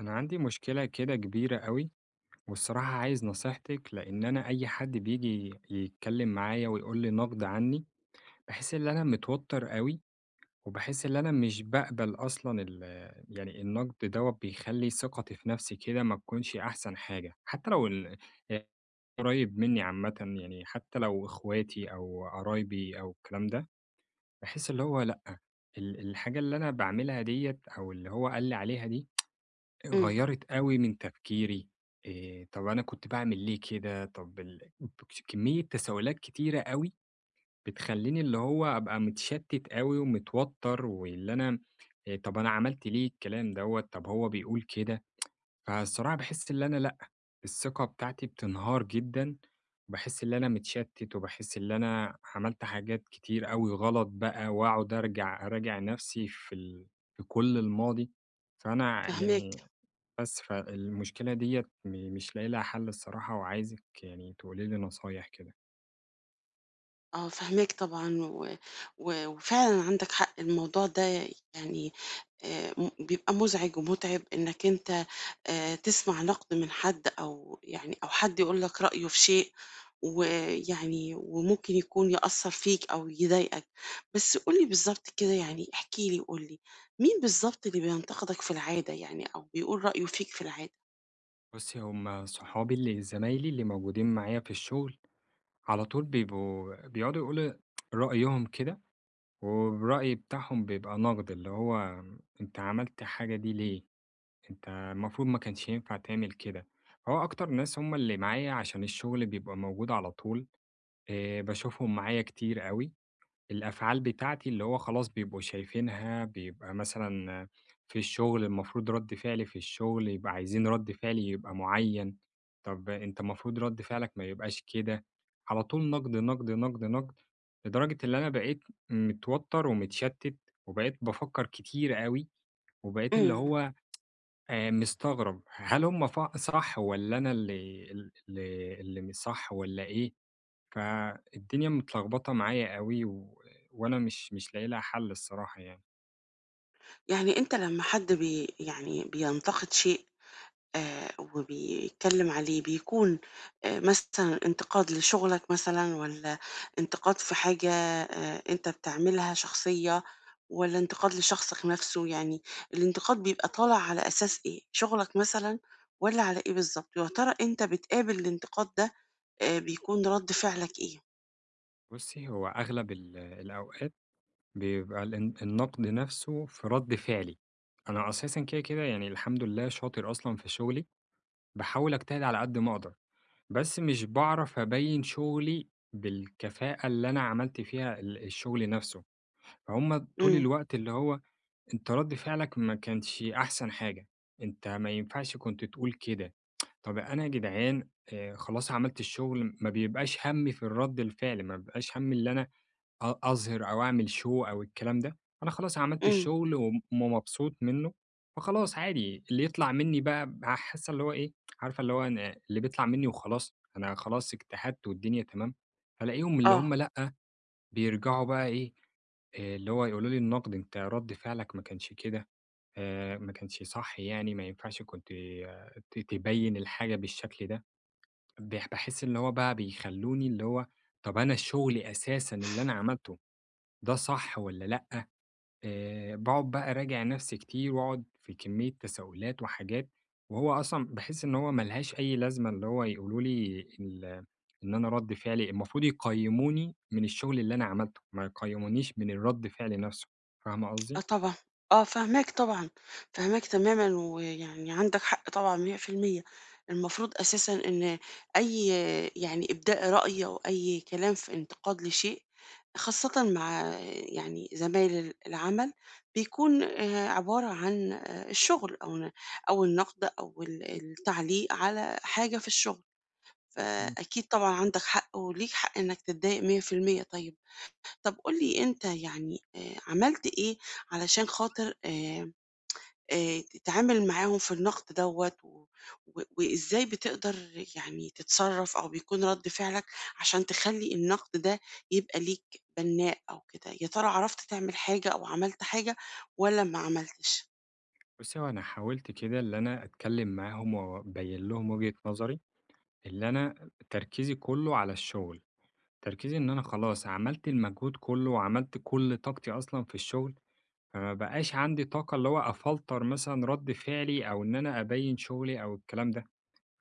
أنا عندي مشكلة كده كبيرة أوي، والصراحة عايز نصيحتِك، لإن أنا أي حد بييجي يتكلم معايا ويقول لي نقد عني، باحس إن أنا متوتر أوي، وباحس إن أنا مش باقبل أصلًا يعني النقد دوّة بيخلّي ثقتي في نفسي كده ما تكونش أحسن حاجة، حتى لو قريب مني عامةً، يعني حتى لو إخواتي أو قرايبي أو الكلام ده، باحس اللي هو لأ، الحاجة اللي أنا باعملها ديّة أو اللي هو قال لي عليها دي إمم، غيّرِت أوي من تفكيري. طَب أنا كنت باعمل ليه كده، طَب بكس كمية تساؤلات كتيرة أوي، بتخلّيني اللي هو أبقى متشتِّت أوي ومتوتّر، واللي أنا. طَب أنا عملت ليه الكلام دوّة، طَب هو بيقول كده، فالصراحة باحس اللي أنا لأ، الثقة بتاعتي بتنهار جدًا، وباحس اللي أنا متشتِّت، وباحس اللي أنا عملت حاجات كتير أوي غلط بقى، وأقعد أرجع أراجع نَفْسي في كل الماضي، فأنا فاهماك، يعني، بس فالمشكلة ديّة مش لاقي لها حل الصراحة، وعايزِك يعني تقولي لي نصايح كده. آه فاهماك طبعًا، و وفعلًا عندك حق الموضوع ده يعني م بيبقى مزعج ومُتعب إنك أنت تسمع نقد من حد أو يعني أو حد يقول لك رأيه في شيء، ويعني وممكن يكون يأثّر فيك أو يضايقك، بس قُل لي بالضبط كده يعني احكِ لي قُل لي، مين بالضبط اللي بينتقدك في العادة يعني أو بيقول رأيه فيك في العادة؟ بُصّي، هم صحابي اللي زمايلي اللي موجودين معايا في الشغل، على طول بيبقوا بيقعدوا يقولوا رأيهم كده، والرأي بتاعهم بيبقى نقد، اللي هو أنت عملت حاجة دي ليه؟ أنت المفروض ما كانش ينفع تعمل كده. هو أكتر ناس هم اللي معايا عشان الشغل بيبقى موجود على طول، باشوفهم معايا كتير أوي. الأفعال بتاعتي اللي هو خلاص بيبقوا شايفينها، بيبقى مثلًا في الشغل المفروض رَد فعلي في الشغل يبقى، عايزين رَد فعلي يبقى معيّن، طَب أنت المفروض رَد فعلك ما يبقاش كده، على طول نقد، نقد، نقد، نقد، لدرجة إن أنا بقيت متوتّر ومتشتّت، وبقيت بافكّر كتير أوي، وبقيت اللي إمم، هو مستغرب، هل هُم صح والّا أنا اللي ال اللي اللي مش صح والّا إيه؟ فالدنيا متلخبطة معايا قوي و... وأنا مش لاقي لها حل الصراحة يعني. يعني أنت لمّا حد يعني بينتقد شيء آآ وبيتكلم عليه، بيكون مثلًا انتقاد لشغلك مثلًا والّا انتقاد في حاجة أنت بتعملها شخصية والّا انتقاد لشخصك نفسه؟ يعني الانتقاد بيبقى طالع على أساس إيه؟ شغلك مثلًا والّا على إيه بالضبط؟ ويا ترى أنت بتقابل الانتقاد ده بيكون رَد فعلك إيه؟ بُصّي، هو أغلب الأوقات بيبقى الان النقد نفسه في رد فعلي. أنا أساسًا كده، كده يعني الحمد لله شاطر أصلًا في شغلي، باحاول أجتهد على قد ما أقدر، بس مش باعرف أبيّن شغلي بالكفاءة اللي أنا عملت فيها الشغل نفسه، فهُم طول إمم، الوقت اللي هو أنت رد فعلك ما كانش أحسن حاجة، أنت ما ينفعش كنت تقول كده، طب أنا يا جدعان، خلاص عملت الشغل، ما بيبقاش هَمّي في الرد الفعل، ما بيبقاش هَمّي اللي أنا أظهر أو أعمل show أو الكلام ده، أنا خلاص عملت إمم، الشغل وم ومبسوط منّه، فخلاص عادي اللي يطلع منّي بقى حاسة اللي هو إيه، عارفة اللي هو أنا اللي بيطلع منّي وخلاص، أنا خلاص اجتهدت والدنيا تمام، ألاقيهم اللي آه. هم لأ، بيرجعوا بقى إيه، اللي هو يقولوا لي النقد، أنت رَد فعلك ما كانش كده، ما كانش صح يعني، ما ينفعش كنت، آه، تبيّن الحاجة بالشكل ده. باحس اللي هو بقى بيخلّوني اللي هو، طَب أنا الشغل أساسًا اللي أنا عملته ده صح والّا لأ؟ باقعد بقى أراجع نفسي كتير وأقعد في كمية تساؤلات وحاجات، وهو أصلًا باحس إن هو ما لهاش أي لازمة اللي هو يقولوا لي ال، إن أنا رَد فعلي المفروض يقيّموني من الشغل اللي أنا عملته، ما يقيّمونيش من الرَد فعل نفسه، فاهمة آه قصدي؟ طبعًا، آه فاهماك طبعًا، فاهماك تمامًا، ويعني عندك حق طبعًا 100%، المفروض أساسًا إن أي يعني إبداء رأي أو أي كلام في انتقاد لشيء، خاصةً مع يعني زمايل ال العمل، بيكون عبارة عن الشغل أو النقد أو ال التعليق على حاجة في الشغل، إمم. فأكيد طبعًا عندك حق وليك حق إنك تتضايق 100%. طيب طب قُل لي أنت يعني عملت إيه علشان خاطر تتعامل معاهم في النقد دوّة و وإزاي بتقدر يعني تتصرّف أو بيكون رَد فعلك عشان تخلّي النقد ده يبقى ليك بناء أو كده، يا ترى عرفت تعمل حاجة أو عملت حاجة والّا ما عملتش؟ بُصّي، هو أنا حاولت كده اللي أنا أتكلّم معاهم وأبيّن لهم وجهة نظري، اللي أنا تركيزي كُلّه على الشغل، تركيزي إن أنا خلاص عملت المجهود كُلّه وعملت كل طاقتي أصلًا في الشغل، فما بقاش عندي طاقة اللي هو أفلتر مثلًا رد فعلي أو إن أنا أبيّن شغلي أو الكلام ده،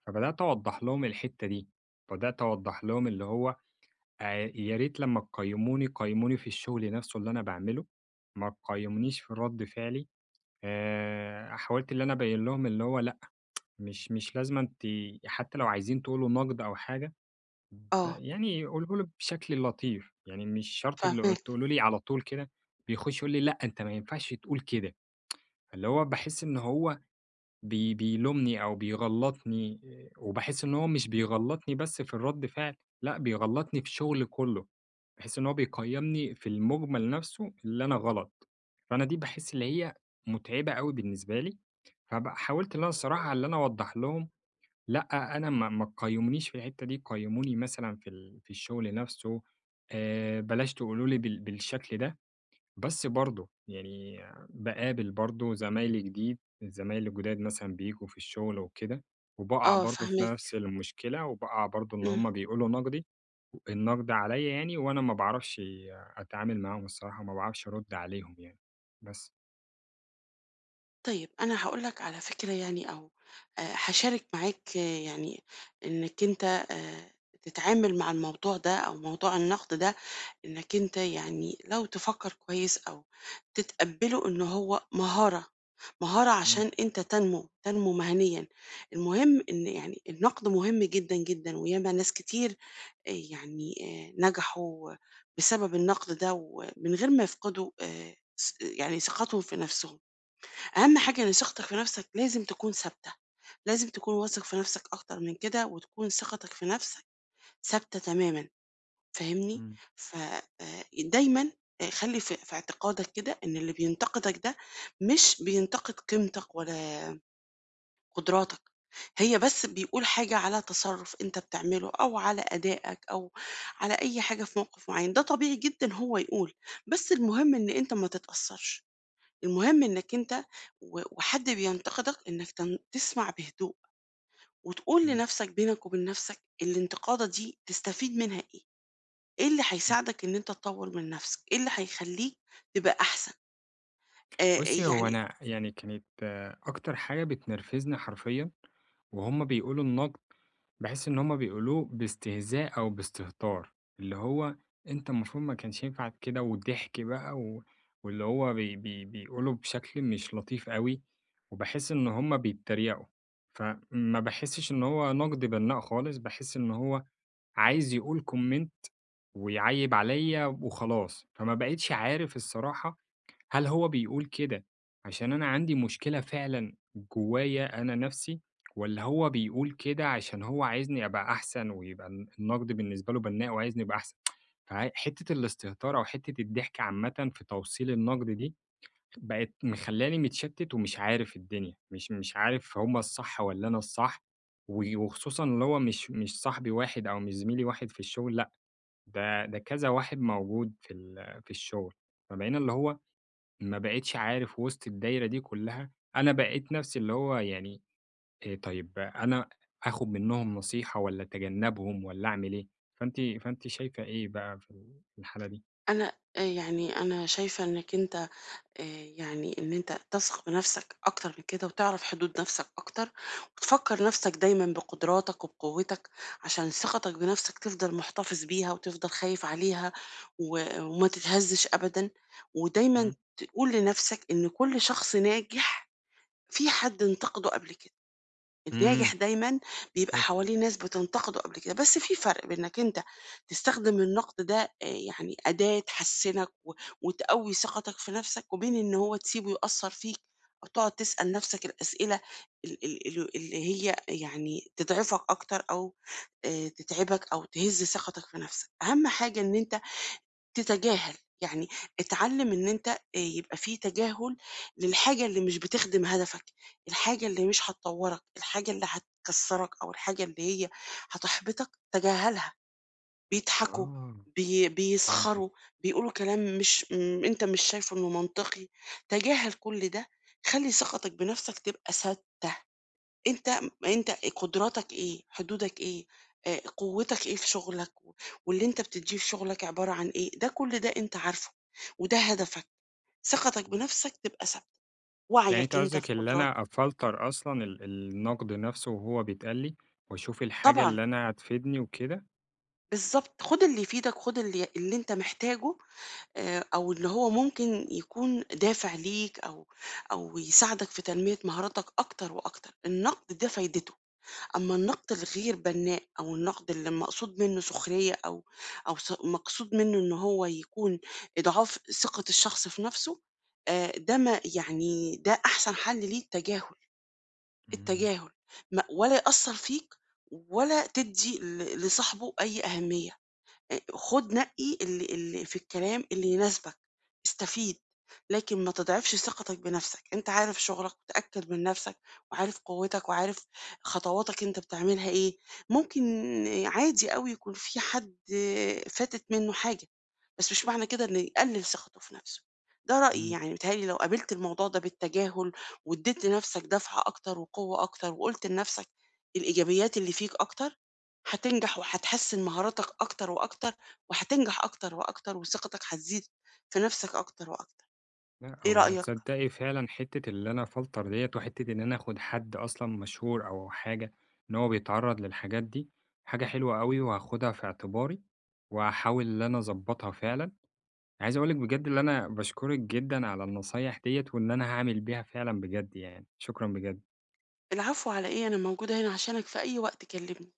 فبدأت أوضّح لهم الحتّة دي، بدأت أوضّح لهم اللي هو يا ريت لمّا تقيّموني قيّموني في الشغل نَفْسه اللي أنا باعمله، ما تقيّمونيش في رد فعلي، حاولت اللي أنا أبيّن لهم اللي هو لأ، مش لازمًا حتّى لو عايزين تقولوا نقد أو حاجة، آه، يعني قولوا له بشكل لطيف، يعني مش شرط اللي فاهماك، تقولوا لي على طول كده، بيخُش يقول لي لأ أنت ما ينفعش تقول كده. اللي هو باحس إن هو بيلومني أو بيغلّطني، وباحس إن هو مش بيغلّطني بس في الرَد فعل، لأ بيغلّطني في الشغل كُلّه، باحس إن هو بيقيّمني في المُجمل نَفْسه اللي أنا غلط، فأنا دي باحس اللي هي مُتعبة أوي بالنسبة لي، حاولت إن أنا الصراحة اللي أنا أوضّح لهم لأ، أنا ما تقيّمونيش في الحتّة دي، قيّموني مثلًا في الشغل نَفْسه، بلاش تقولوا لي بالشكل ده. بس برضه يعني باقابل برضه، زمايلي الجداد مثلًا بييجوا في الشغل وكده، وباقع آه، برضه في فاهماك، نفس المشكلة، وباقع برضه إن إمم. هم بيقولوا النقد عليَّ يعني، وأنا ما باعرفش أتعامل معاهم الصراحة، وما باعرفش أرُد عليهم يعني، بس. طيب أنا هاقول لك على فكرة يعني أو هاشارك معاك آه، يعني إنّك أنت آآ تتعامل مع الموضوع ده أو موضوع النقد ده، إنّك أنت يعني لو تفكّر كويس أو تتقبّله إن هو مهارة، مهارة إمم. عشان أنت تنمو، تنمو مهنيًا. المهم إن يعني النقد مهم جدًا، جدًا وياما ناس كتير يعني نجحوا بسبب النقد ده ومن غير ما يفقدوا ث يعني ثقتهم في نَفْسهم. أهم حاجة إن ثقتك في نفسك لازم تكون ثابتة، لازم تكون واثق في نفسك أكتر من كده، وتكون ثقتك في نفسك ثابتة تمامًا، فاهمني؟ إمم. ف دايمًا خلّي في اعتقادك كده إن اللي بينتقدك ده مش بينتقد قيمتك ولا قدراتك، هي بس بيقول حاجة على تصرُّف أنت بتعمله أو على أدائك أو على أي حاجة في موقف معيّن، ده طبيعي جدًا هو يقول، بس المهم إن أنت ما تتأثّرش. المهم إنك أنت و وحد بينتقدك إنك تسمع بهدوء، وتقول لنفسك بينك وبين نفسك الانتقادة دي تستفيد منها إيه؟ إيه اللي إمم. هيساعدك إن أنت تطوّر من نفسك؟ إيه اللي هيخلّيك تبقى أحسن؟ آآ بُصّي، هو يعني أنا يعني كانت، أكتر حاجة بتنرفزني حرفيًا وهُم بيقولوا النقد، باحس إن هُم بيقولوه باستهزاء أو باستهتار، اللي هو أنت المفروض ما كانش ينفع كده وضحك بقى، و واللي هو بي بي بيقولوا بشكل مش لطيف أوي، وباحس إن هُم بيتريقوا، فما باحسش إن هو نقد بنّاء خالص، باحس إن هو عايز يقول comment ويعيّب عليَّ وخلاص، فما بقيتش عارف الصراحة هل هو بيقول كده عشان أنا عندي مشكلة فعلًا جوايا أنا نَفْسي، والّا هو بيقول كده عشان هو عايزني أبقى أحسن، ويبقى النقد بالنسبة له بناء وعايزني أبقى أحسن؟ حتّة الاستهتار أو حتّة الضحك عامةً في توصيل النقد دي، بقت مخلّياني متشتِّت ومش عارف الدنيا، مش عارف هم الصح والّا أنا الصح، و وخصوصًا اللي هو مش صاحبي واحد أو مش زميلي واحد في الشغل لأ، ده كذا واحد موجود في الشغل، فبقينا اللي هو ما بقيتش عارف وسط الدايرة دي كلّها، أنا بقيت نَفْسي اللي هو يعني، طيب أنا آخُد منّهم نصيحة والّا أتجنّبهم والّا أعمل إيه؟ فأنتِ شايفة إيه بقى في الحالة دي؟ أنا آه يعني أنا شايفة إنك أنت آآ يعني إن أنت تثق بنَفْسك أكتر من كده وتعرف حدود نَفْسك أكتر، وتفكّر نَفْسك دايمًا بقدراتك وبقوتك عشان ثقتك بنَفْسك تفضل محتفظ بيها وتفضل خايف عليها و وما تتهزّش أبدًا، ودايمًا إمم. تقول لنَفْسك إن كل شخص ناجح في حد انتقده قبل كده. إمم. الناجح دايمًا بيبقى حلو. حواليه ناس بتنتقده قبل كده، بس في فرق بين إنك أنت تستخدم النقد ده يعني أداة تحسّنك و وتقوّي ثقتك في نفسك، وبين إن هو تسيبه يأثّر فيك أو تقعد تسأل نفسك الأسئلة ال ال ال اللي هي يعني تضعفك أكتر أو تتعبك أو تهز ثقتك في نفسك. أهم حاجة إن أنت تتجاهل، يعني اتعلم إن أنت يبقى في تجاهل للحاجة اللي مش بتخدم هدفك، الحاجة اللي مش هتطوّرك، الحاجة اللي هتكسّرك أو الحاجة اللي هي هتحبطك تجاهلها، بيضحكوا، آه، فهمتك. بيسخروا، بيقولوا كلام مش م أنت مش شايفه إنه منطقي، تجاهل كل ده، خلّي ثقتك بنفسك تبقى ثابتة. أنت أنت قدراتك إيه، حدودك إيه، قوتك إيه في شغلك، و واللي أنت بتدّيه في شغلك عبارة عن إيه، ده كل ده أنت عارفه، وده هدفك، ثقتك بنفسك تبقى ثابتة، يعني أنت وعيك أنت في قصدك اللي قدراتك أنا أفلتر أصلًا النقد نَفْسه وهو بيتقال لي، وأشوف الحاجة طبعًا، اللي أنا هتفيدني وكده؟ بالضبط، خُد اللي يفيدك، خُد اللي أنت محتاجه أو اللي هو ممكن يكون دافع ليك أو أو يساعدك في تنمية مهاراتك أكتر وأكتر، النقد ده فايدته. أمّا النقد الغير بنّاء أو النقد اللي مقصود منّه سخرية أو مقصود منّه إن هو يكون إضعاف ثقة الشخص في نَفْسه، ده ما يعني ده أحسن حَل ليه التجاهل، إمم. التجاهل ما ولا يأثّر فيك ولا تدّي لصاحبه أي أهمية. خُد نقِّي اللي في الكلام اللي يناسبك، استفيد، لكن ما تضعفش ثقتك بنَفْسك، أنت عارف شُغلك ومتأكد من نَفْسك وعارف قوتك وعارف خطواتك أنت بتعملها إيه، ممكن عادي أوي يكون في حد فاتت منّه حاجة، بس مش معنى كده إنه يقلِّل ثقته في نَفْسه، ده رأيي إمم. يعني متهيأ لي لو قابلت الموضوع ده بالتجاهل وادّيت لنَفْسك دفعة أكتر وقوة أكتر وقُلت لنَفْسك الإيجابيات اللي فيك أكتر، هتنجح وهتحسّن مهاراتك أكتر وأكتر، وهتنجح أكتر وأكتر وثقتك هتزيد في نَفْسك أكتر وأكتر. لأ، إيه هو رأيك؟ تصدّقي فعلًا حتّة اللي أنا أفلتر ديّة، وحتّة إن أنا آخُد حد أصلًا مشهور أو حاجة إن هو بيتعرّض للحاجات دي، حاجة حلوة أوي وهاخدها في اعتباري، وهاحاول إن أنا أضبّطها فعلًا. عايز أقول لِك بجد اللي أنا باشكرِك جدًا على النصايح ديّة، وإن أنا هاعمل بيها فعلًا بجد يعني، شكرًا بجد. العفو على إيه، أنا موجودة هنا عشانك في أي وقت كلّمني.